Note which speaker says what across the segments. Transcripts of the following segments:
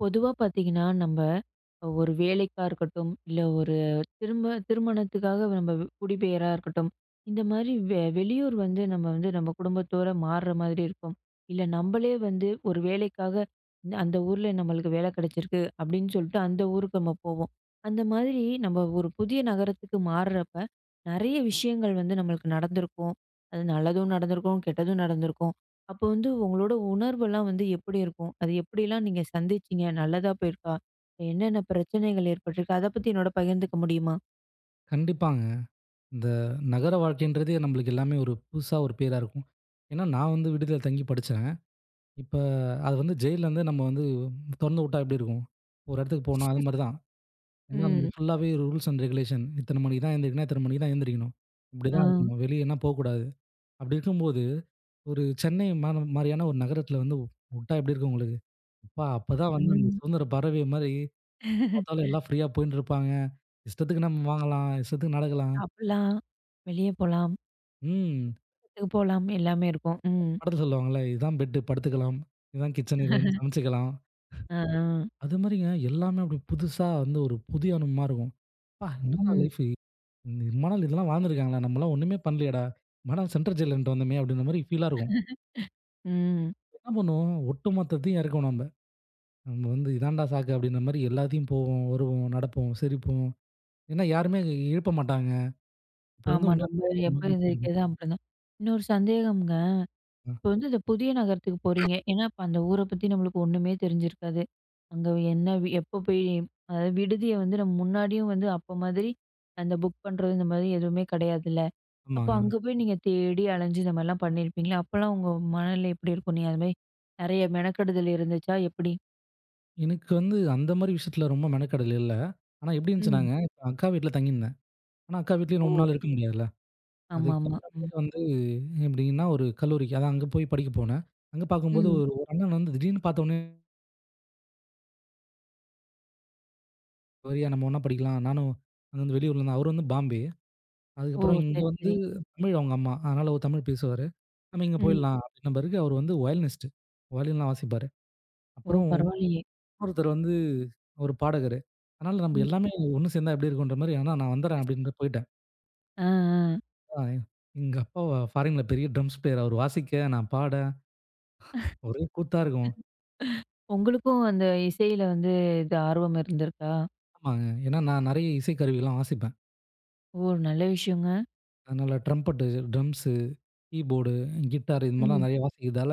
Speaker 1: பொதுவா பார்த்தீங்கன்னா, நம்ப ஒரு வேலைக்கா இருக்கட்டும், இல்ல ஒரு திருமணத்துக்காக நம்ப குடிபெயரா இருக்கட்டும், இந்த மாரி வெளியூர் வந்து நம்ம வந்து நம்ம குடும்பத்தோட மாறுற மாதிரி இருக்கும். இல்ல நம்பளே வந்து ஒரு வேலைக்காக அந்த ஊர்ல நம்மளுக்கு வேலை கிடைச்சிருக்கு அப்படின்னு சொல்லிட்டு அந்த ஊருக்கு நம்ம போவோம். அந்த மாதிரி நம்ம ஒரு புதிய நகரத்துக்கு மாறுறப்ப, நெறைய விஷயங்கள் வந்து நம்மளுக்கு நடந்திருக்கும். அது நல்லதும் நடந்திருக்கும், கெட்டதும் நடந்திருக்கும். அப்போ வந்து உங்களோட உணர்வெல்லாம் வந்து எப்படி இருக்கும்? அது எப்படிலாம் நீங்க சந்திச்சீங்க? நல்லதா போயிருக்கா? என்னென்ன பிரச்சனைகள் ஏற்பட்டிருக்கு? அத பத்தி என்னோட பகிர்ந்துக்க முடியுமா?
Speaker 2: கண்டிப்பாங்க. இந்த நகர வாழ்க்கைன்றதே நம்மளுக்கு எல்லாமே ஒரு புதுசா ஒரு பேரா இருக்கும். ஏன்னா, நான் வந்து விடுதியில தங்கி படிச்சேன். இப்ப அது வந்து ஜெயில்லேருந்து நம்ம வந்து தொறந்து விட்டா எப்படி இருக்கும்? ஒரு இடத்துக்கு போனா அது மாரி தான். ஏன்னா நம்ம
Speaker 1: ம்.
Speaker 2: ஃபுல்லாவே ரூல்ஸ் அண்ட் ரெகுலேஷன். இத்தன மணிக்கு தான் எந்திரிக்கணும், இத்தன மணிக்கு தான் எந்திரிக்கணும்.
Speaker 1: ஆ.
Speaker 2: இப்படிதான் இருக்கணும். வெளியன்னா போக்கூடாது. அப்படி இருக்கும்போது, ஒரு சென்னை மாந மாரியான ஒரு நகரத்தில வந்து உட்டா எப்படி இருக்கும் உங்களுக்கு? அப்பா! அப்பதான் வந்து அந்த
Speaker 1: ம்.
Speaker 2: சுதந்திர பறவை மாரி எப்ப பார்த்தாலும் எல்லாம் ஃப்ரீயா போயின்ட்டு இருப்பாங்க. இஷ்டத்துக்கு நம்ம வாங்கலாம், இஷ்டத்துக்கு நடக்கலாம்.
Speaker 1: சாப்பிடலாம், வெளிய போலாம்,
Speaker 2: ம்.
Speaker 1: படத்துக்கு போலாம் எல்லாமே இருக்கும். ம்.
Speaker 2: படத்துல சொல்லுவாங்கல்ல, இதுதான் பெட்டு படுத்துக்கலாம். இதுதான் கிச்சன். இது வந்து சமைச்சுக்கலாம்.
Speaker 1: ஆ, ஆ.
Speaker 2: அது மாரிங்க எல்லாமே அப்படி புதுசா வந்து ஒரு புதிய அனுபவமா இருக்கும். அப்பா! என்னடா
Speaker 1: ம்.
Speaker 2: லைஃபு! இம்மா நாள் இதெல்லாம் வாழ்ந்துருக்காங்களா? நம்மலாம் ஒண்ணுமே பண்ணலையேடா! இம்மா நாள் சென்ட்ரல் ஜெயிலன்ட்டு வந்தோமே! அப்படின்ற மாரி ஃபீலா இருக்கும்.
Speaker 1: ம்.
Speaker 2: என்ன பண்ணுவோம், ஒட்டுமொத்தத்தையும் இறக்குவோம் நம்ப. நம்ம நம்ம வந்து இதான்டா சாக்கு அப்படின்ற மாரி எல்லாத்தையும் போவோம், வருவோம், நடப்போம், சிரிப்போம். ஏன்னா யாருமே எழுப்ப மாட்டாங்க. அப்போ வந்து
Speaker 1: ஆமா. நம்ம
Speaker 2: உண்மையாலுமே ஒரு
Speaker 1: எப்ப
Speaker 2: மகிழ்ச்சி இருக்கும்.
Speaker 1: எந்திரிக்கிறது அப்படிதான். இன்னொரு சந்தேகம்ங்க.
Speaker 2: அ
Speaker 1: இப்போ வந்து இந்த புதிய நகரத்துக்கு போறீங்க. ஏன்னா, அப்ப அந்த ஊர பத்தி நம்மளுக்கு ஒண்ணுமே தெரிஞ்சிருக்காது. அங்க என்ன எப்போ போய் அதாவது விடுதிய வந்து நம்ம முன்னாடியும் வந்து அப்ப மாதிரி அந்த புக் பண்றது இந்த மாதிரி எதுவுமே கிடையாதுல்ல. அப்ப
Speaker 2: ஆமாங்க.
Speaker 1: அங்க போய் நீங்க தேடி அலைஞ்சு இந்த மாதிரிலாம் பண்ணியிருப்பீங்களா? அப்பலாம் உங்க மனநிலை எப்படி இருக்கும்? நீங்க அது மாரி நெறைய மெனக்கெடுதல் இருந்துச்சா எப்படி?
Speaker 2: எனக்கு வந்து அந்த மாரி விஷயத்துல ரொம்ப மெனக்கெடல் இல்ல. ஆனா எப்படி
Speaker 1: ம்.
Speaker 2: இருந்துச்சுன்னாங்க, இப்ப அக்கா வீட்ல தங்கியிருந்தேன். ஆனா, அக்கா வீட்லயும் ரொம்ப
Speaker 1: ஓ!
Speaker 2: நாள் இருக்க முடியாதுல்ல.
Speaker 1: ஆமாமா. ம்.
Speaker 2: அதுக்கப்புறமேட்டு வந்து எப்படின்னா, ஒரு கல்லூரிக்கு அதான் அங்க போய் படிக்க போனேன். அங்க பார்க்கும்போது
Speaker 1: ம்.
Speaker 2: ஒரு ஒரு அண்ணன் வந்து திடீர்னு பார்த்தோனே, "வரியா நம்ம ஒண்ணா படிக்கலாம்." நானும் அங்க வந்து வெளியூர்ல இருந்தேன். அவரு வந்து பாம்பே.
Speaker 1: ஓ!
Speaker 2: அதுக்கப்புறம் இங்க
Speaker 1: சரி,
Speaker 2: வந்து
Speaker 1: சரி.
Speaker 2: தமிழ் அவங்க அம்மா. அதனால அவர் தமிழ் பேசுவாரு. "நம்ம இங்க
Speaker 1: ம்.
Speaker 2: போயிடலாம்." அப்படின்ன பிறகு அவரு வந்து வயலினிஸ்ட். வயலின்லாம் வாசிப்பாரு.
Speaker 1: ஓ!
Speaker 2: அப்புறம்
Speaker 1: பரவாயில்லயே.
Speaker 2: இன்னொருத்தர் வந்து ஒரு பாடகரு. அதனால நம்ம
Speaker 1: ம்.
Speaker 2: எல்லாமே ஒண்ணு சேர்ந்தா எப்படி இருக்குன்ற மாரி, "ஆனா நான் வந்துடுறேன்." அப்படின்ட்டு போயிட்டேன்.
Speaker 1: ஆ, ஆ.
Speaker 2: அ எங்க அப்பா ஃபாரின்ல பெரிய ட்ரம்ஸ் பிளேயர். அவரு வாசிக்க, நான் பாட, ஒரே கூத்தா இருக்கும்.
Speaker 1: உங்களுக்கும் அந்த இசையில வந்து இது ஆர்வம் இருந்திருக்கா?
Speaker 2: ஆமாங்க. ஏன்னா நான் நெறைய இசைக்கருவிலாம் வாசிப்பேன்.
Speaker 1: ஓ! நல்ல விஷயங்க.
Speaker 2: அதனால ட்ரம்பெட்டு, ட்ரம்ஸு, கீபோர்டு, கிட்டார் இது மாரிலாம் நெறைய வாசிக்கிறதால,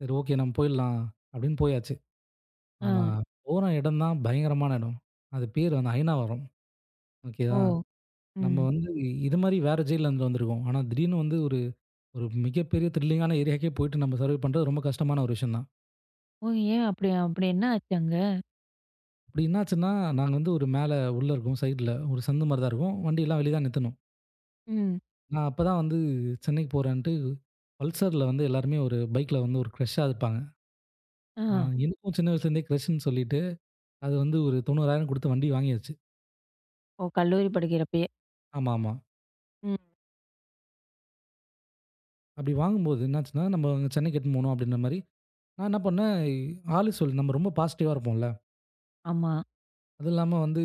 Speaker 2: சரி ஓகே நம்ம போயிடலாம் அப்படின்னு போயாச்சு.
Speaker 1: ஆ.
Speaker 2: ஆனா போன இடம் தான் பயங்கரமான இடம். அது பேர் வந்து அயனாவரம்.
Speaker 1: ஓ!
Speaker 2: ஓகேவா? நம்ம
Speaker 1: ம்.
Speaker 2: வந்து இது மாரி வேற ஜெயில்லருந்து வந்திருக்கோம். ஆனா திடீர்னு வந்து ஒரு ஒரு மிகப்பெரிய த்ரில்லிங்கான ஏரியாக்கே போயிட்டு நம்ம சர்வே பண்றது ரொம்ப கஷ்டமான ஒரு விஷயம் தான்.
Speaker 1: ஓ! ஏன் அப்படி அப்படி என்ன ஆச்சு அங்க?
Speaker 2: அப்படி என்னாச்சுன்னா, நாங்க வந்து ஒரு மேல உள்ள இருக்கோம் சைட்ல. ஒரு சந்து மாரி தான் இருக்கும். வண்டியெல்லாம் வெளிய தான் நிறுத்தணும்.
Speaker 1: ம்.
Speaker 2: நான் அப்பதான் வந்து சென்னைக்கு போறேன்ட்டு, பல்சர்ல வந்து எல்லாருமே ஒரு பைக்ல வந்து ஒரு கிரஷ்ஷா இருப்பாங்க.
Speaker 1: ஆ.
Speaker 2: அ எனக்கும் சின்ன வயசுலேருந்தே கிரஷ்ன்னு சொல்லிட்டு, அது வந்து ஒரு 90,000 குடுத்து வண்டி வாங்கியாச்சு.
Speaker 1: ஓ! கல்லூரி படிக்கிறப்பயே.
Speaker 2: ஆமா, ஆமா.
Speaker 1: ம்.
Speaker 2: அப்படி வாங்கும்போது என்னாச்சுன்னா, நம்ம அங்க சென்னைக்கு எடுத்துன்னு போணும் அப்படின்ற மாரி, நான் என்ன பண்ணேன், ஆலி சொல் நம்ம ரொம்ப பாசிட்டிவா இருப்போம்ல.
Speaker 1: ஆமா.
Speaker 2: அதுவும் இல்லாம வந்து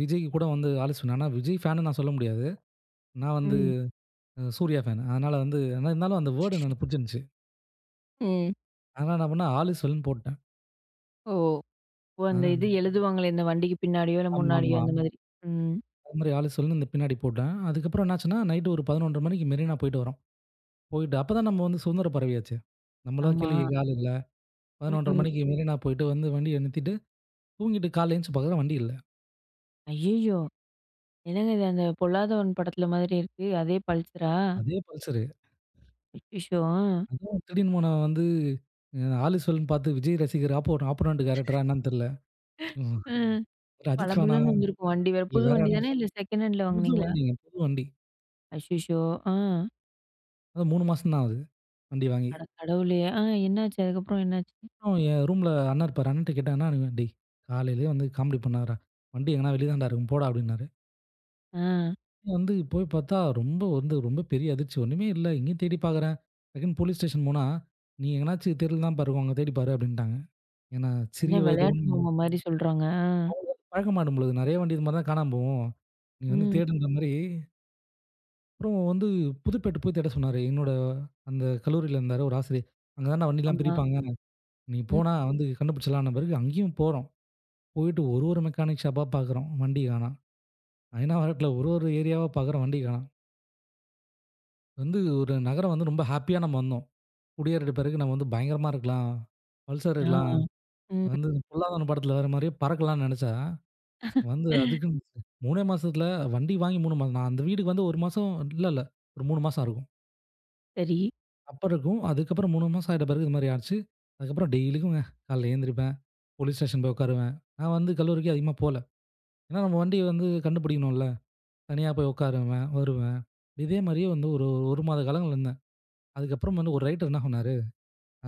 Speaker 2: விஜய்க்கு கூட வந்து ஆலி சொன்னேன். ஆனா விஜய் ஃபேன்னு நான் சொல்ல முடியாது. நான் வந்து
Speaker 1: ம்.
Speaker 2: சூர்யா ஃபேன். அதனால வந்து ஆனா இருந்தாலும் அந்த வேர்டு எனக்கு புடிச்சிருந்துச்சு.
Speaker 1: ம்.
Speaker 2: அதனால என்ன பண்ணேன், ஆலி சொல்லுன்னு போட்டேன்.
Speaker 1: ஓ! ஓ! அந்த
Speaker 2: ஆனா
Speaker 1: இது எழுதுவாங்களே இந்த வண்டிக்கு பின்னாடியோ, இல்ல முன்னாடியோ
Speaker 2: ஆமாமா.
Speaker 1: அந்த மாதிரி. ம்.
Speaker 2: அது மாதிரி ஆளு சொல்லுன்னு இந்த பின்னாடி போட்டேன். அதுக்கப்புறம் என்னாச்சுன்னா, நைட் ஒரு 11:30 மணிக்கு மெரினா போயிட்டு வரோம். போயிட்டு அப்பதான் நம்ம வந்து சுதந்திர பறவையாச்சே. நம்மலாம்
Speaker 1: ஆமா.
Speaker 2: கீழ கேக்க ஆள் இல்ல. 11:30
Speaker 1: ம்ஹ்ம்.
Speaker 2: மணிக்கு மெரினா போயிட்டு வந்து வண்டிய நிறுத்திட்டு, தூங்கிட்டு காலைல எந்திச்சு பாக்குறேன் வண்டி இல்ல.
Speaker 1: ஐயய்யோ! என்னங்க இது அந்த பொல்லாதவன் படத்துல மாதிரி இருக்கு. அதே பல்சரா?
Speaker 2: அதே பல்சரு.
Speaker 1: அச்சச்சோ! ஆ.
Speaker 2: அதுவும் திடீர்னு போனா வந்து அ ஆளு சொல்லுன்னு பாத்து விஜய் ரசிகர் ஆப்போ ஆப்போனன்ட் கேரக்டரா என்னான்னு தெர்ல. ம்.
Speaker 1: ம்.
Speaker 2: அஜித் ஃபேனா
Speaker 1: பளபளன்னு வந்திருக்கும் வண்டி வேற.
Speaker 2: இல்ல
Speaker 1: புது
Speaker 2: வேற
Speaker 1: வண்டி
Speaker 2: யாருனா
Speaker 1: தானே இல்ல செகண்ட் ஹேண்ட்ல
Speaker 2: புது
Speaker 1: வாங்குனீங்களா?
Speaker 2: வண்டிங்க, புது வண்டி.
Speaker 1: அச்சச்சோ! ஆ.
Speaker 2: அதான் 3 மாசம் தான் ஆகுது வண்டி வாங்கி.
Speaker 1: அட கடவுளே! ஆ என்னாச்சு? அதுக்கப்புறம் என்னாச்சு?
Speaker 2: அப்புறம் என் ரூம்ல அண்ணன் இருப்பாரு. அண்ணன்ட்ட கேட்டேன், "அண்ணா நீ டேய் காலையிலயே வந்து காமெடி பண்ணாதடா. வண்டி எங்கனா வெளிய தான்டா இருக்கும் போடா" அப்டின்னாரு.
Speaker 1: ஆ.
Speaker 2: வந்து போய் பார்த்தா ரொம்ப வந்து ரொம்ப பெரிய அதிர்ச்சி. ஒண்ணுமே இல்ல. எங்கேயும் தேடி பார்க்குறேன். டக்குன்னு போலீஸ் ஸ்டேஷன் போனா, "நீ எங்கனாச்சும் தெருல தான் பாருக்கும். அங்க தேடி பாரு" அப்படின்ட்டாங்க. ஏன்னா
Speaker 1: என்ன
Speaker 2: சிறிய வயது
Speaker 1: விளையாட்டு
Speaker 2: ஒண்ணு
Speaker 1: பொம்மை மாரி சொல்றாங்க. ஆ.
Speaker 2: பழக்கமாயிடும் பொழுது. நெறைய வண்டி இது மாரி தான் காணாம போகும். "நீ வந்து
Speaker 1: ம்.
Speaker 2: தேடுன்ற" மாரி அப்புறம் வந்து புதுப்பேட்டை போய் தேட சொன்னாரு. என்னோட அந்த கல்லூரியில இருந்தாரு ஒரு ஆசிரியர். "அங்க தான்டா வண்டிலாம்
Speaker 1: ஆமா.
Speaker 2: பிரிப்பாங்க. நீ
Speaker 1: ம்.
Speaker 2: போனா வந்து கண்டுபிடிச்சிடலாம்ன்ன" பிறகு அங்கேயும் போறோம். போயிட்டு ஒரு ஒரு மெக்கானிக் ஷாப்பா பார்க்குறோம். வண்டி காணோம். ஐனா, ஒரு ஒரு ஏரியாவா பார்க்குறோம். வண்டி காணோம். வந்து ஒரு நகரம் வந்து ரொம்ப ஹேப்பியா நம்ம வந்தோம். குடியேறிட்ட பிறகு நம்ம வந்து பயங்கரமா இருக்கலாம். பல்சர்
Speaker 1: ஆ.
Speaker 2: இருக்கலாம்.
Speaker 1: ம்.
Speaker 2: வந்து பொல்லாதவன் படத்துல வர மாரியே பறக்கலாம்னு நெனச்சா, வந்து அதுக்குன்னு 3 மாசத்துல வண்டி வாங்கி 3 மாசம். நான் அந்த வீட்டுக்கு வந்து 1 மாசம் இல்ல, இல்ல. ஒரு 3 மாசம் இருக்கும்.
Speaker 1: சரி.
Speaker 2: அப்ப இருக்கும். அதுக்கப்புறம் 3 மாசம் ஆயிட்ட பிறகு இது மாரி ஆச்சு. அதுக்கப்புறம் டெய்லிக்கும்ங்க காலைல எழுந்திரிப்பேன். போலீஸ் ஸ்டேஷன் போய் உட்காருவேன். நான் வந்து கல்லூரிக்கு அதிகமா போல. ஏன்னா நம்ம வண்டிய வந்து கண்டுபிடிக்கணும்ல. தனியா போய் உட்காருவேன், வருவேன். இதே மாரியே வந்து ஒரு 1 மாத காலங்கள் இருந்தேன். அதுக்கப்புறம் வந்து ஒரு ரைடர் என்ன சொன்னாரு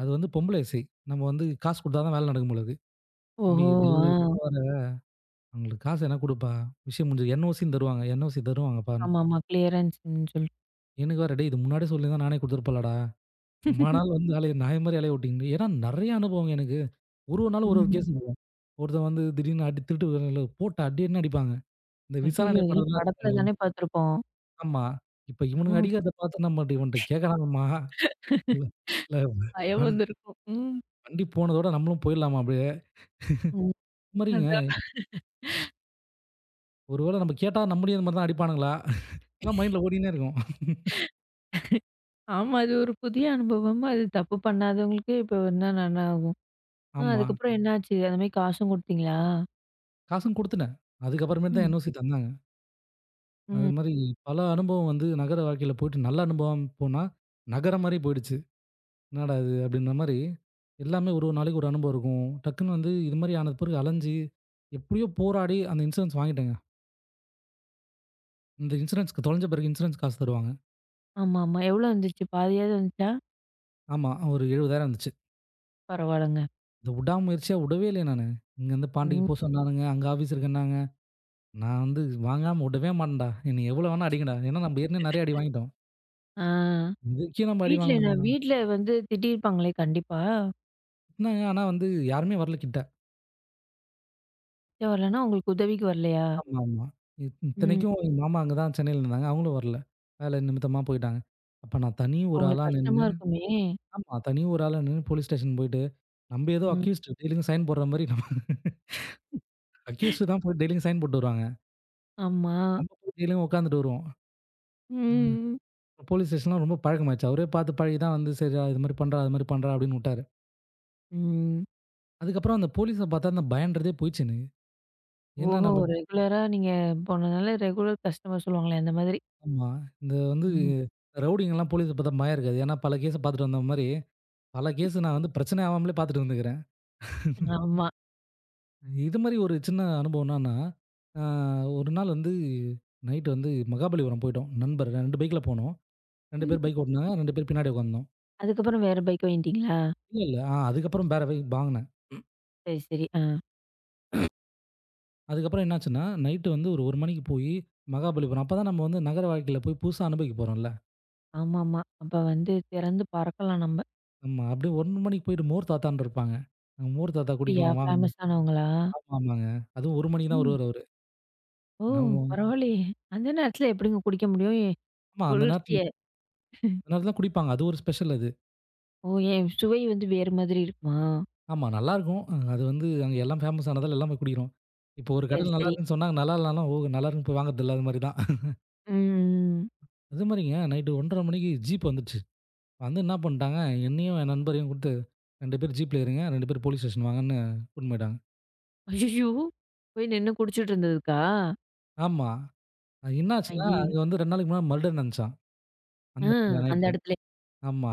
Speaker 2: அது வந்து பொம்பள இசை. நம்ம வந்து காசு குடுத்தா தான் வேலை நடக்கும் போல இருக்கு. "தம்பி
Speaker 1: ஓஹோ!
Speaker 2: டேய்
Speaker 1: ஆ.
Speaker 2: இதுக்கு வேற அவங்களுக்கு காசு எதனா குடுப்பா. விஷயம் முடிஞ்சது. என்ஓசின்னு தருவாங்க. என்ஓசி தருவாங்கப்பான்னு."
Speaker 1: ஆமாமா. கிளியரன்ஸ்ன்னு சொல்லிட்டு.
Speaker 2: எனக்கு வேற, "டேய் இது முன்னாடியே சொல்லியிருந்தா நானே குடுத்துருப்பேன்லடா. ரொம்ப நாள் வந்து அலைய நாய் மாரி அலைய விட்டீங்களே." ஏன்னா நெறைய அனுபவங்க எனக்கு. ஒரு ஒரு நாள் ஒரு ஒரு
Speaker 1: ம்.
Speaker 2: கேஸ் இருக்கும். ஒருத்தன் வந்து திடீர்னு அடி திருட்டு வேலையில போட்டு அடின்னு அடிப்பாங்க. இந்த விசாரணை
Speaker 1: ஐயயோ! இதெல்லாம்
Speaker 2: படம்லாம்
Speaker 1: படத்துல
Speaker 2: இருக்கும்ல.
Speaker 1: தானே பார்த்துருக்கோம்.
Speaker 2: ஆமா. இப்ப இவனுங்க
Speaker 1: ம்.
Speaker 2: அடிக்கிறத பார்த்து நம்மட்ட இவன்ட்ட கேட்கலாமாம்மா? இல்ல இல்ல
Speaker 1: பயம்
Speaker 2: வண்
Speaker 1: வந்திருக்கும். ம்.
Speaker 2: வண்டி போனதோட நம்மளும் போயிடலாமா அப்படியே?
Speaker 1: ம்.
Speaker 2: இது மாரிங்க.
Speaker 1: அதான்.
Speaker 2: ஒரு வேளை நம்ம கேட்டா நம்மளையும் இந்த மாரி தான் அடிப்பானுங்களா? எல்லாம் மைண்ட்ல ஓடின்னே இருக்கும்.
Speaker 1: ஆமா. அது ஒரு புதிய அனுபவம். அது தப்பு பண்ணாதவங்களுக்கே இப்போ என்ன நன்னாகும். ஆ
Speaker 2: ஆமா.
Speaker 1: அதுக்கப்புறம் என்னாச்சு? அந்த மாரி காசும் குடுத்தீங்களா?
Speaker 2: காசும் குடுத்துட்டேன். அதுக்கப்புறமேட்டு தான்
Speaker 1: ம்.
Speaker 2: என்ஓசி தந்தாங்க. அது
Speaker 1: ம்.
Speaker 2: மாரி பல அனுபவம் வந்து நகர வாழ்க்கையில போயிட்டு நல்ல அனுபவம் போனா, நகரம் மாரி போயிடுச்சு. என்னடா இது அப்படின்ற மாரி, எல்லாமே ஒரு ஒரு நாளைக்கு ஒரு அனுபவம் இருக்கும். டக்குன்னு வந்து இது மாரி ஆனது பிறகு அலைஞ்சு, எப்படியோ போராடி அந்த இன்சூரன்ஸ் வாங்கிட்டேங்க. இந்த இன்சூரன்ஸ்க்கு தொலைஞ்ச பிறகு இன்சூரன்ஸ் காசு தருவாங்க.
Speaker 1: ஆமாமா. எவ்வளோ வந்துச்சு? பாதியாவது வந்துச்சா?
Speaker 2: ஆமா. ஒரு 70,000 வந்துச்சு.
Speaker 1: பரவால்லங்க.
Speaker 2: இத விடாமுயற்சியா விடவே இல்லையே நானு. இங்கருந்து பாண்டிக்கு
Speaker 1: ம்.
Speaker 2: போ சொன்னானுங்க, அங்க ஆஃபீஸ் இருக்குன்னாங்க. நான் வந்து வாங்காம விடவே மாட்டேன்டா. என்னைய எவ்வளோ வேணா அடிங்கடா. ஏன்னா நம்ம ஏற்கனவே நெறைய அடி வாங்கிட்டோம்.
Speaker 1: ஆ.
Speaker 2: இதுக்கே நம்ம அடி
Speaker 1: வீட்ல என்ன
Speaker 2: வாங்கணுமாங்க?
Speaker 1: வீட்ல வந்து திட்டியிருப்பாங்களே கண்டிப்பா?
Speaker 2: என்னங்க ஆனா வந்து யாருமே வரல கிட்ட.
Speaker 1: "சே வரலன்னா, உங்களுக்கு உதவிக்கு வரலையா?"
Speaker 2: ஆமா, ஆமா.
Speaker 1: ம்.
Speaker 2: இத்தனைக்கும் எங்க மாமா அங்க தான் சென்னையில இருந்தாங்க. அவங்களும் வரல. வேலை நிமித்தமா போயிட்டாங்க. அப்ப நான் தனி ஒரு
Speaker 1: உங்களுக்கு
Speaker 2: ஆளா
Speaker 1: கஷ்டமா
Speaker 2: நின்னு
Speaker 1: இருக்குமே!
Speaker 2: ஆமா. தனி ஒரு ஆளா நின்னு போலீஸ் ஸ்டேஷன் போயிட்டு, நம்ப ஏதோ
Speaker 1: ம்.
Speaker 2: அக்யூஸ்ட் டெய்லியும் சைன் போடுற மாரி நம்ம அக்யூஸ்ட் தான் போய் டெய்லியும் சைன் போட்டு வருவாங்க.
Speaker 1: ஆமா.
Speaker 2: நம்ம போய் டெய்லியும் உட்காந்துட்டு வருவோம். ம்.
Speaker 1: ம்.
Speaker 2: போலீஸ் ஸ்டேஷன்லாம் ரொம்ப பழக்கமாயிருச்சு. அவரே பார்த்து பழகி தான் வந்து, "சரிடா இது மாரி பண்றா, அது மாரி பண்றா" அப்படின்னு வுட்டாரு.
Speaker 1: ம்.
Speaker 2: அதுக்கப்புறம் அந்த போலீஸ பார்த்தா அந்த பயம்ன்றதே போயிடுச்சு எனக்கு. ஏன்னா
Speaker 1: ஓஹோ!
Speaker 2: நம்ம
Speaker 1: ரெகுலரா நீங்க போனனால ரெகுலர் கஸ்டமர் சொல்லுவாங்களே அந்த மாதிரி.
Speaker 2: ஆமா. இந்த வந்து
Speaker 1: ம்.
Speaker 2: ரவுடிங்கலாம் போலீஸ பாத்தா பயம் இருக்காது. ஏன்னா பல கேஸ பாத்துட்டு வந்த மாரி, பல கேஸ் நான் வந்து பிரச்சனை ஆவாமலே பாத்துட்டு வந்துக்கிறேன்.
Speaker 1: ஆமா.
Speaker 2: இது மாரி ஒரு சின்ன அனுபவம் என்னன்னா, ஆ ஒரு நாள் வந்து நைட் வந்து மகாபலிபுரம் போயிட்டோம். நண்பர் 2 பைக்ல போனோம். 2 பேர் பைக் ஓட்டுனாங்க. 2 பேர் பின்னாடி உட்கார்ந்தோம்.
Speaker 1: அதுக்கப்புறம் வேற பைக் வாங்கிட்டீங்களா?
Speaker 2: இல்ல, இல்ல. ஆ அதுக்கப்புறம் வேற பைக் வாங்குனேன்.
Speaker 1: சரி, சரி. ஆ.
Speaker 2: அதுக்கப்புறம் என்னாச்சுன்னா, நைட்டு வந்து ஒரு 1 மணிக்கு போயி மகாபலிபுரம். அப்பதான் நம்ம வந்து நகர வாழ்க்கையில போய் புதுசா அனுபவிக்க போறோம்ல.
Speaker 1: ஆமாமா. அப்ப வந்து திறந்து பறக்கலாம் நம்ப.
Speaker 2: நம்ம அப்படியே 1 மணிக்கு போயிட்டு மோர் தாத்தான்னு இருப்பாங்க. அங்க மோர் தாத்தா
Speaker 1: அப்படியா?
Speaker 2: குடிக்கலாம் வாங்க.
Speaker 1: ஃபேமஸானவங்களா?
Speaker 2: ஆமா, ஆமாங்க. அதுவும் 1 மணிக்கு தான்
Speaker 1: ம்.
Speaker 2: வருவாரு அவரு.
Speaker 1: ஓ!
Speaker 2: நம்ம
Speaker 1: பரவாயில்லையே! அந்த நேரத்துல எப்படிங்க குடிக்க முடியும்? எ
Speaker 2: ஆமா அந்த நேரத்துல
Speaker 1: குளிர்ச்சிய?
Speaker 2: அந்த நேரத்துல குடிப்பாங்க. அது ஒரு ஸ்பெஷல் அது.
Speaker 1: ஓ! ஏன் சுவை வந்து வேறு மாதிரி இருக்குமா?
Speaker 2: ஆமா நல்லாருக்கும். அது வந்து அங்க எல்லாம் ஃபேமஸ் ஆனதால எல்லாமே குடிக்கிறோம். இப்போ ஒரு
Speaker 1: சரி,
Speaker 2: கடையில
Speaker 1: சரி.
Speaker 2: நல்லாருக்குன்னு சொன்னாங்க. நல்லா இல்லனாலும், ஓ! நல்லாருக்குன்னு போய் வாங்குறதில்ல. அது மாரி தான்.
Speaker 1: ம்.
Speaker 2: அது மாரிங்க நைட்டு 1:30 மணிக்கு ஜீப் வந்துருச்சு. வந்து என்ன பண்ட்டாங்க, என்னையும் என் நண்பரையும் கூப்ட்டு 2 பேர் ஜீப்ல ஏறுங்க. 2 பேர் போலீஸ் ஸ்டேஷன் வாங்கன்னு கூட்டின்னு போயிட்டாங்க.
Speaker 1: ஐயய்யோ! போய் நின்னு குடிச்சிட்டு இருந்ததுக்கா?
Speaker 2: ஆமா. என்ன ஆச்சுன்னா,
Speaker 1: ஐயே!
Speaker 2: அங்க வந்து 2 நாளைக்கு முன்னாடி மர்டர் நடந்துச்சாம்.
Speaker 1: ஆ
Speaker 2: அந்த இடத்துல
Speaker 1: அந்த
Speaker 2: நைட்டு.
Speaker 1: இடத்துலயே.
Speaker 2: ஆமா.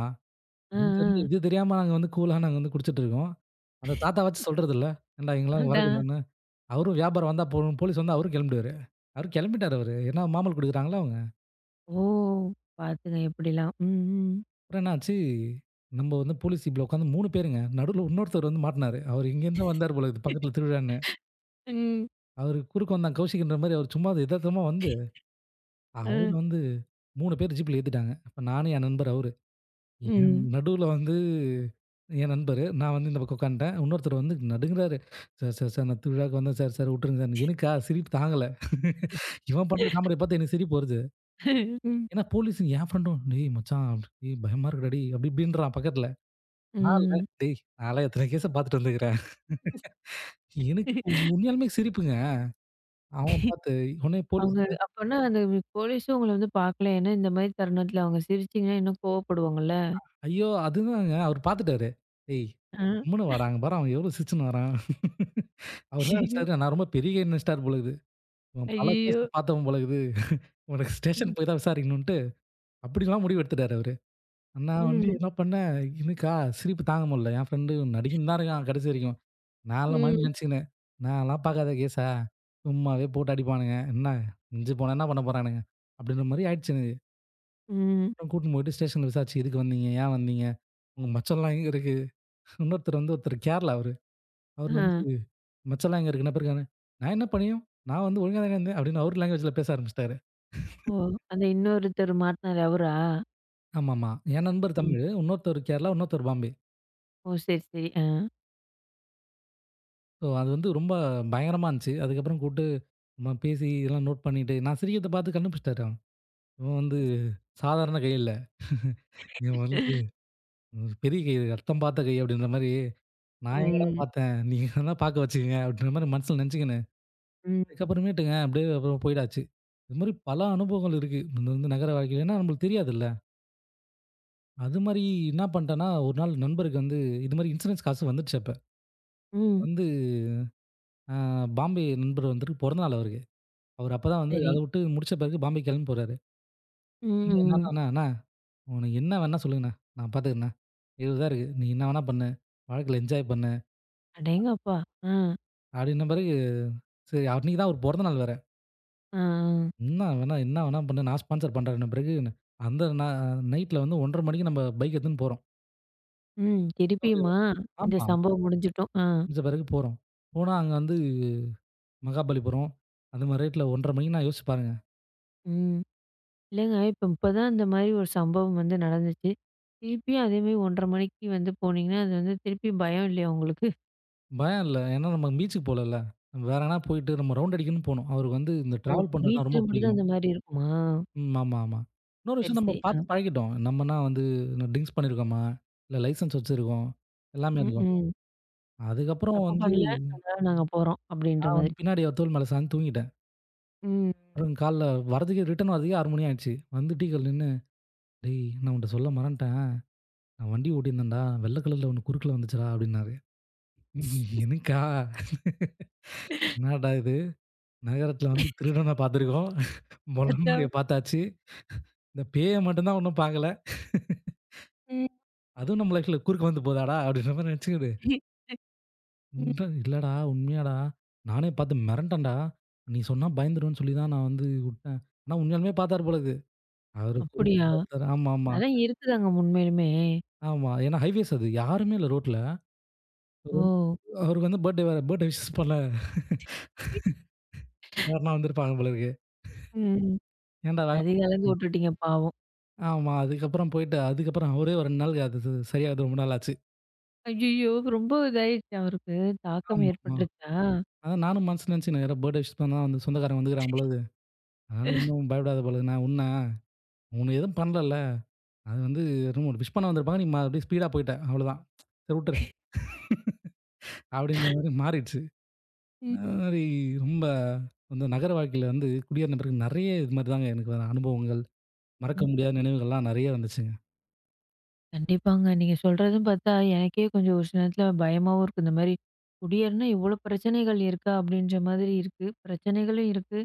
Speaker 1: ஆ,
Speaker 2: இது
Speaker 1: ஆ.
Speaker 2: வந்து இது தெரியாம நாங்க வந்து கூலா நாங்க வந்து குடிச்சிட்டு இருக்கோம். அந்த தாத்தாவாச்சும் சொல்றதுல்ல. ஏன்டா இங்கலாம்
Speaker 1: அதான்.
Speaker 2: வரக்கூடாதுன்னு. அவரும் வியாபாரம் வந்தா போதும், போலீஸ் வந்தா அவரும் கிளம்பிடுவாரு. அவரு கிளம்பிட்டாரு அவரு. ஏன்னா மாமல் குடுக்குறாங்களா அவங்க.
Speaker 1: ஓ! பாத்துங்க எப்படிலாம். ம், ம்.
Speaker 2: அப்புறம் என்னாச்சு, நம்ம வந்து போலீஸ் ஜீப்ல உட்காந்து 3 பேருங்க. நடுவுல இன்னொருத்தர் வந்து மாட்டுனாரு. அவரு இங்கேருந்து வந்தாரு போல இருக்குது. பக்கத்துல திருவிழான்னு.
Speaker 1: ம்.
Speaker 2: அவரு குறுக்க வந்தான் கௌஷிக்ன்ற மாரி அவர் சும்மா எதார்த்தமா வந்து, அவரு
Speaker 1: ம்.
Speaker 2: வந்து 3 பேர் ஜீப்ல ஏத்திட்டாங்க. அப்ப நானு, என் நண்பர் அவரு. என்
Speaker 1: ம்.
Speaker 2: நடுவுல வந்து என் நண்பரு, நான் வந்து இந்த பக்கம் உட்காந்துட்டேன். இன்னொருத்தர் வந்து நடுங்குறாரு. "சார், சார், சார் நான் திருவிழாவுக்கு வந்தேன் சார். சார் விட்டுருங்க சார்." எனக்கா சிரிப்பு தாங்கல. இவன் பண்ற காமெடிய பார்த்து எனக்கு சிரிப்பு வருது.
Speaker 1: ம்.
Speaker 2: ஏன்னா போலீஸுங்க என் ஃப்ரெண்டும், "டேய் மச்சான், டேய் பயமா இருக்குடா டேய்" அப்படி இப்படின்றான் பக்கத்துல. நான் இல்ல,
Speaker 1: ம்.
Speaker 2: "டேய் நான்லாம் எத்தன கேஸ பாத்துட்டு வந்துருக்கிறேன்." எனக்கு உண்மையாலுமே சிரிப்புங்க. அவன் பாத்து உடனே
Speaker 1: அவங்க
Speaker 2: போலீஸுங்க,
Speaker 1: அப்பன்னா அந்த போலீஸும் உங்கள வந்து பார்க்கல. ஏன்னா இந்த மாரி தருணத்துல அவங்க சிரிச்சீங்கன்னா இன்னும் கோவப்படுவாங்கல்ல.
Speaker 2: "ஐயோ! அதுதாங்க அவரு பாத்துட்டாரு." "டேய்
Speaker 1: ஆ.
Speaker 2: கம்முனு வாடா, அங்க பாரேன் அவன் எவ்வளோ சிரிச்சுன்னு வரான்." அவரு என்ன
Speaker 1: ஐயய்யோ!
Speaker 2: நெனச்சிட்டாரு, நான் ரொம்ப பெரிய கை நெனச்சிட்டாரு போல இருக்குது. இவன் பல கேஸ
Speaker 1: ஐயய்யோ!
Speaker 2: பாத்தவன் போல இருக்குது. உனக்கு ஸ்டேஷன்
Speaker 1: ம்.
Speaker 2: போய் தான் விசாரிக்கணுன்ட்டு, அப்படிலாம் முடிவு எடுத்துட்டாரு அவரு. நான் வந்து
Speaker 1: ம்.
Speaker 2: என்ன பண்ணேன், எனக்கா சிரிப்பு தாங்க முடியல. என் ஃப்ரெண்டு நடுங்கின்னு தான் இருக்கான் கடைசி வரைக்கும். நான்லாம் மனசுல
Speaker 1: ம்.
Speaker 2: நினச்சுக்கினேன். நான்லாம் பார்க்காத கேஸா? சும்மாவே போட்டு அடிப்பானுங்க. என்ன மிஞ்சி போனா என்ன பண்ண போறானுங்க? அப்படின்ற மாரி ஆயிடுச்சு எனக்கு.
Speaker 1: ம்.
Speaker 2: அப்புறம் கூட்டின்னு போயிட்டு ஸ்டேஷன்ல விசாரிச்சு, எதுக்கு வந்தீங்க? ஏன் வந்தீங்க? உங்க மச்சம்லாம் எங்க இருக்கு? இன்னொருத்தர் வந்து ஒருத்தர் கேரளா அவரு. அவரு ம். வந்து
Speaker 1: ஆ.
Speaker 2: மச்சம்லாம் எங்க இருக்குன்னு பிறகு நான் என்ன பண்ணியும்? நான் வந்து ஒழுங்கா தானே இருந்தேன் அப்படின்னு அவரு லாங்குவேஜ்ல பேச ஆரம்பிச்சுட்டாரு.
Speaker 1: ஓ! அந்த இன்னொருத்தர் மாட்னாரு அவரா?
Speaker 2: ஆமாமா. என் நண்பர்
Speaker 1: ம்.
Speaker 2: தமிழ், இன்னொருத்தர் கேரளா, இன்னொருத்தர் பாம்பே.
Speaker 1: ஓ! சரி, சரி. ஆ.
Speaker 2: ஸோ அது வந்து ரொம்ப பயங்கரமா இருந்துச்சு. அதுக்கப்புறம் கூட்டு நம்ம பேசி எல்லாம் நோட் பண்ணிட்டு நான் சிரிக்கிறத பார்த்து கண்டுபிடிச்சுட்டாரு அவன். இவன் வந்து சாதாரண கை இல்ல. இவன் வந்து பெரிய கை "ரத்தம் பார்த்த கை" அப்படின்ற மாரி, "நான் எங்கடா
Speaker 1: ம்.
Speaker 2: பார்த்தேன்? நீங்க வேணா பார்க்க வச்சுக்கங்க" அப்படின்ற மாரி மனசுல நெனச்சுக்கினேன்.
Speaker 1: ம்.
Speaker 2: அதுக்கப்புறமேட்டுங்க அப்படியே அப்புறம் போயிடாச்சு. இது மாரி பல அனுபவங்கள் இருக்கு. இந்த வந்து நகர வாழ்க்கையில. ஏன்னா நம்மளுக்கு தெரியாதுல்ல. அது மாரி என்ன பண்ணிட்டேன்னா, ஒரு நாள் நண்பருக்கு வந்து இது மாரி இன்சூரன்ஸ் காசு வந்துடுச்சு அப்ப.
Speaker 1: ம்.
Speaker 2: வந்து அ பாம்பே நண்பர் வந்துட்டு பிறந்த நாள் அவருக்கு. அவர் அப்பதான் வந்து
Speaker 1: சரி.
Speaker 2: அத விட்டு முடிச்ச பிறகு பாம்பே கெளம்பி போறாரு.
Speaker 1: ம்,
Speaker 2: "அண்ணே என்னான்னா
Speaker 1: ம்.
Speaker 2: அண்ணா அண்ணா உனக்கு என்ன வேணா சொல்லுங்கண்ணா. நான் பார்த்துக்கிறேண்ணா. 70 தான் இருக்கு. நீ என்ன வேணா பண்ணு. வாழ்க்கையில என்ஜாய் பண்ணு."
Speaker 1: அடேங்கப்பா! ஆ,
Speaker 2: அப்படின்ன பிறகு, சரி அன்னைக்கு தான் அவருக்கு பொறந்த நாள் வேற.
Speaker 1: ஆ, ஆ.
Speaker 2: என்ன வேணா பண்ணு, நான் ஸ்பான்சர் பண்றேன்ன பிறகு, அந்த நைட்ல வந்து 1:30 மணிக்கு நம்ம பைக் எடுத்துன்னு போறோம்.
Speaker 1: ம்.
Speaker 2: அப்படியா?
Speaker 1: திருப்பியுமா? இந்த
Speaker 2: ஆமா.
Speaker 1: சம்பவம் முடிஞ்சிட்டும். ஆ.
Speaker 2: முடிஞ்ச பிறகு போறோம். போனா அங்க வந்து மகாபலிபுரம், அந்த மாரி ரேட்ல 1:30 மணிக்கு நான் யோசிச்சு பாருங்க.
Speaker 1: ம். இல்லங்க இப்பதான் இந்த மாரி ஒரு சம்பவம் வந்து நடந்துச்சு. திருப்பியும் அதே மாரி 1:30 மணிக்கு வந்து போனீங்கன்னா, அது வந்து திருப்பியும் பயம் இல்லையா உங்களுக்கு?
Speaker 2: பயம் இல்ல. ஏன்னா நம்ம பீச்சுக்கு போலல்ல. வேற எங்கனா போயிட்டு நம்ம ரவுண்ட் அடிக்கணும்னு போனோம். அவருக்கு வந்து இந்த
Speaker 1: ஓ!
Speaker 2: டிராவல்
Speaker 1: இப்ப
Speaker 2: பண்றதுனா
Speaker 1: பீச்ல
Speaker 2: ரொம்ப
Speaker 1: மட்டும் தான்
Speaker 2: பிடிக்கும்.
Speaker 1: அந்த மாரி இருக்குமா?
Speaker 2: ம். ஆமா, ஆமா. இன்னொரு
Speaker 1: சரி,
Speaker 2: விஷயம் நம்ம
Speaker 1: சரி. ஆ.
Speaker 2: பார்த்து பழகிட்டோம். நம்மனா வந்து ட்ரிங்க்ஸ் பண்ணியிருக்கோமா, இல்ல லைசென்ஸ் வச்சிருக்கோம். எல்லாமே
Speaker 1: ம்,
Speaker 2: இருக்கும்.
Speaker 1: ம்.
Speaker 2: அதுக்கப்புறம்
Speaker 1: தப்பு
Speaker 2: வந்து
Speaker 1: பண்ணல. அதனால நாங்க போறோம். அப்படின்ற
Speaker 2: நான்
Speaker 1: மாதிரி.
Speaker 2: வந்து பின்னாடி அவ தோள் மேல சாய்ந்து தூங்கிட்டேன்.
Speaker 1: ம்.
Speaker 2: அப்புறம் காலைல ரிட்டர்ன் வரதுக்கே 6 மணி ஆயிடுச்சு. வந்து டீ கடையில நின்னு, "டேய்! நான் உன்ட்ட சொல்ல மறந்துட்டேன். நான் வண்டி ஓட்டியிருந்தேன்டா. வெள்ள கலர்ல ஒண்ணு குறுக்குல வந்துச்சுடா" அப்டின்னாரு. எனக்கா? என்னடா இது? நகரத்துல வந்து திருடன பார்த்துருக்கோம். முள்ளம்பன்றிய
Speaker 1: அதான்.
Speaker 2: பார்த்தாச்சு. இந்த பேய மட்டும் தான் ஒண்ணும் பார்க்கல.
Speaker 1: ம்.
Speaker 2: அதுவும் நம்ம லைஃப்ல குறுக்க வந்து போதாடா? அப்டின்ற மாரி நெனச்சுக்கிட்டு. இல்ல
Speaker 1: ம்.
Speaker 2: இல்லடா உண்மையாடா. நானே பார்த்து மிரண்டேன்டா. நீ சொன்னா பயந்துருவேன்னு சொல்லி தான் நான் வந்து உட்டேன். ஆனா உண்மையாலுமே பார்த்தாரு போல இருக்கு. அவரு குறுக்க
Speaker 1: அப்படியா?
Speaker 2: பார்த்தாரு. ஆமாமா.
Speaker 1: அதெல்லாம் இருக்குதாங்க உண்மையிலுமே.
Speaker 2: ஆமா. ஏன்னா ஹைவேஸ் அது. யாருமே இல்ல ரோட்ல. அவரு
Speaker 1: ஓ!
Speaker 2: வந்து அவருக்கு வந்து பர்த்டே வேற. பர்த்டே விஷஸ் பண்ண யாருன்னா வந்திருப்பாங்க போல இருக்கு.
Speaker 1: ம்.
Speaker 2: ஏன்டா வேகமா
Speaker 1: கதி கலந்து விட்டுட்டீங்க பாவம்.
Speaker 2: ஆமா. அதுக்கப்புறம் போயிட்டு அதுக்கப்புறம் அவரே ஒரு 2 நாள் அது சரியாகுது ரொம்ப நாள் ஆச்சு.
Speaker 1: ஐயய்யோ! ரொம்ப இதாயிருச்சா அவருக்கு? தாக்கம்
Speaker 2: ஆமாமா.
Speaker 1: ஏற்பட்டுருச்சா?
Speaker 2: அதான் நானும் மனசுல நினைச்சுக்கினேன். யாரோ பர்த்டே விஷ் பண்ண தான் வந்து சொந்தக்காரங்க வந்துருக்காங்க போல இருக்கு. அதனால ஒண்ணும் பயப்படாத போல இருக்கு. நான் உன்ன உனக்கு எதுவும் பண்ணலல்ல. அது வந்து என்னமோ விஷ் பண்ண வந்திருப்பாங்க. நீ அப்படியே ஸ்பீடா போயிட்ட. அவ்வளோதான். சரி உட்டுரு. அப்படின்ற மாரி மாறிடுச்சு. அது
Speaker 1: ம்.
Speaker 2: மாரி ரொம்ப அந்த நகர வாழ்க்கையில வந்து குடியேறின பிறகு நெறைய இது மாரி தாங்க எனக்கு வர அனுபவங்கள். மறக்க
Speaker 1: ம்.
Speaker 2: முடியாத நினைவுகள்லாம் நெறைய வந்துச்சுங்க.
Speaker 1: கண்டிப்பாங்க. நீங்க சொல்றதும் பார்த்தா எனக்கே கொஞ்சம் ஒரு சில நேரத்துல பயமாவும் இருக்கு. இந்த மாரி குடியேறினா இவ்வளோ பிரச்சனைகள் இருக்கா? அப்படின்ற மாதிரி இருக்கு. பிரச்சனைகளும் இருக்கு.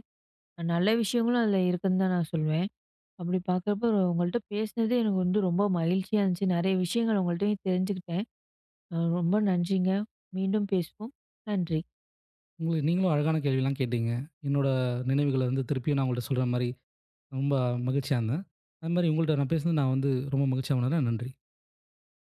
Speaker 1: நல்ல விஷயங்களும் அதில இருக்குன்னு தான் நான் சொல்வேன். அப்படி பார்க்குறப்போ உங்கள்ட்ட பேசினதே எனக்கு வந்து ரொம்ப மகிழ்ச்சியா இருந்துச்சு. நிறைய விஷயங்கள் உங்கள்ட்டயும் தெரிஞ்சுக்கிட்டேன். அ ரொம்ப நன்றிங்க. மீண்டும் பேசுவோம். நன்றி.
Speaker 2: உங்களுக்கு நீங்களும் அழகான கேள்விலாம் கேட்டீங்க. என்னோட நினைவுகள வந்து திருப்பியும் நான் உங்கள்ட்ட சொல்ற மாரி ரொம்ப மகிழ்ச்சியா இருந்தேன். அது மாரி உங்கள்ட்ட நான் பேசினது நான் வந்து ரொம்ப மகிழ்ச்சியா உணர்றேன். நன்றி.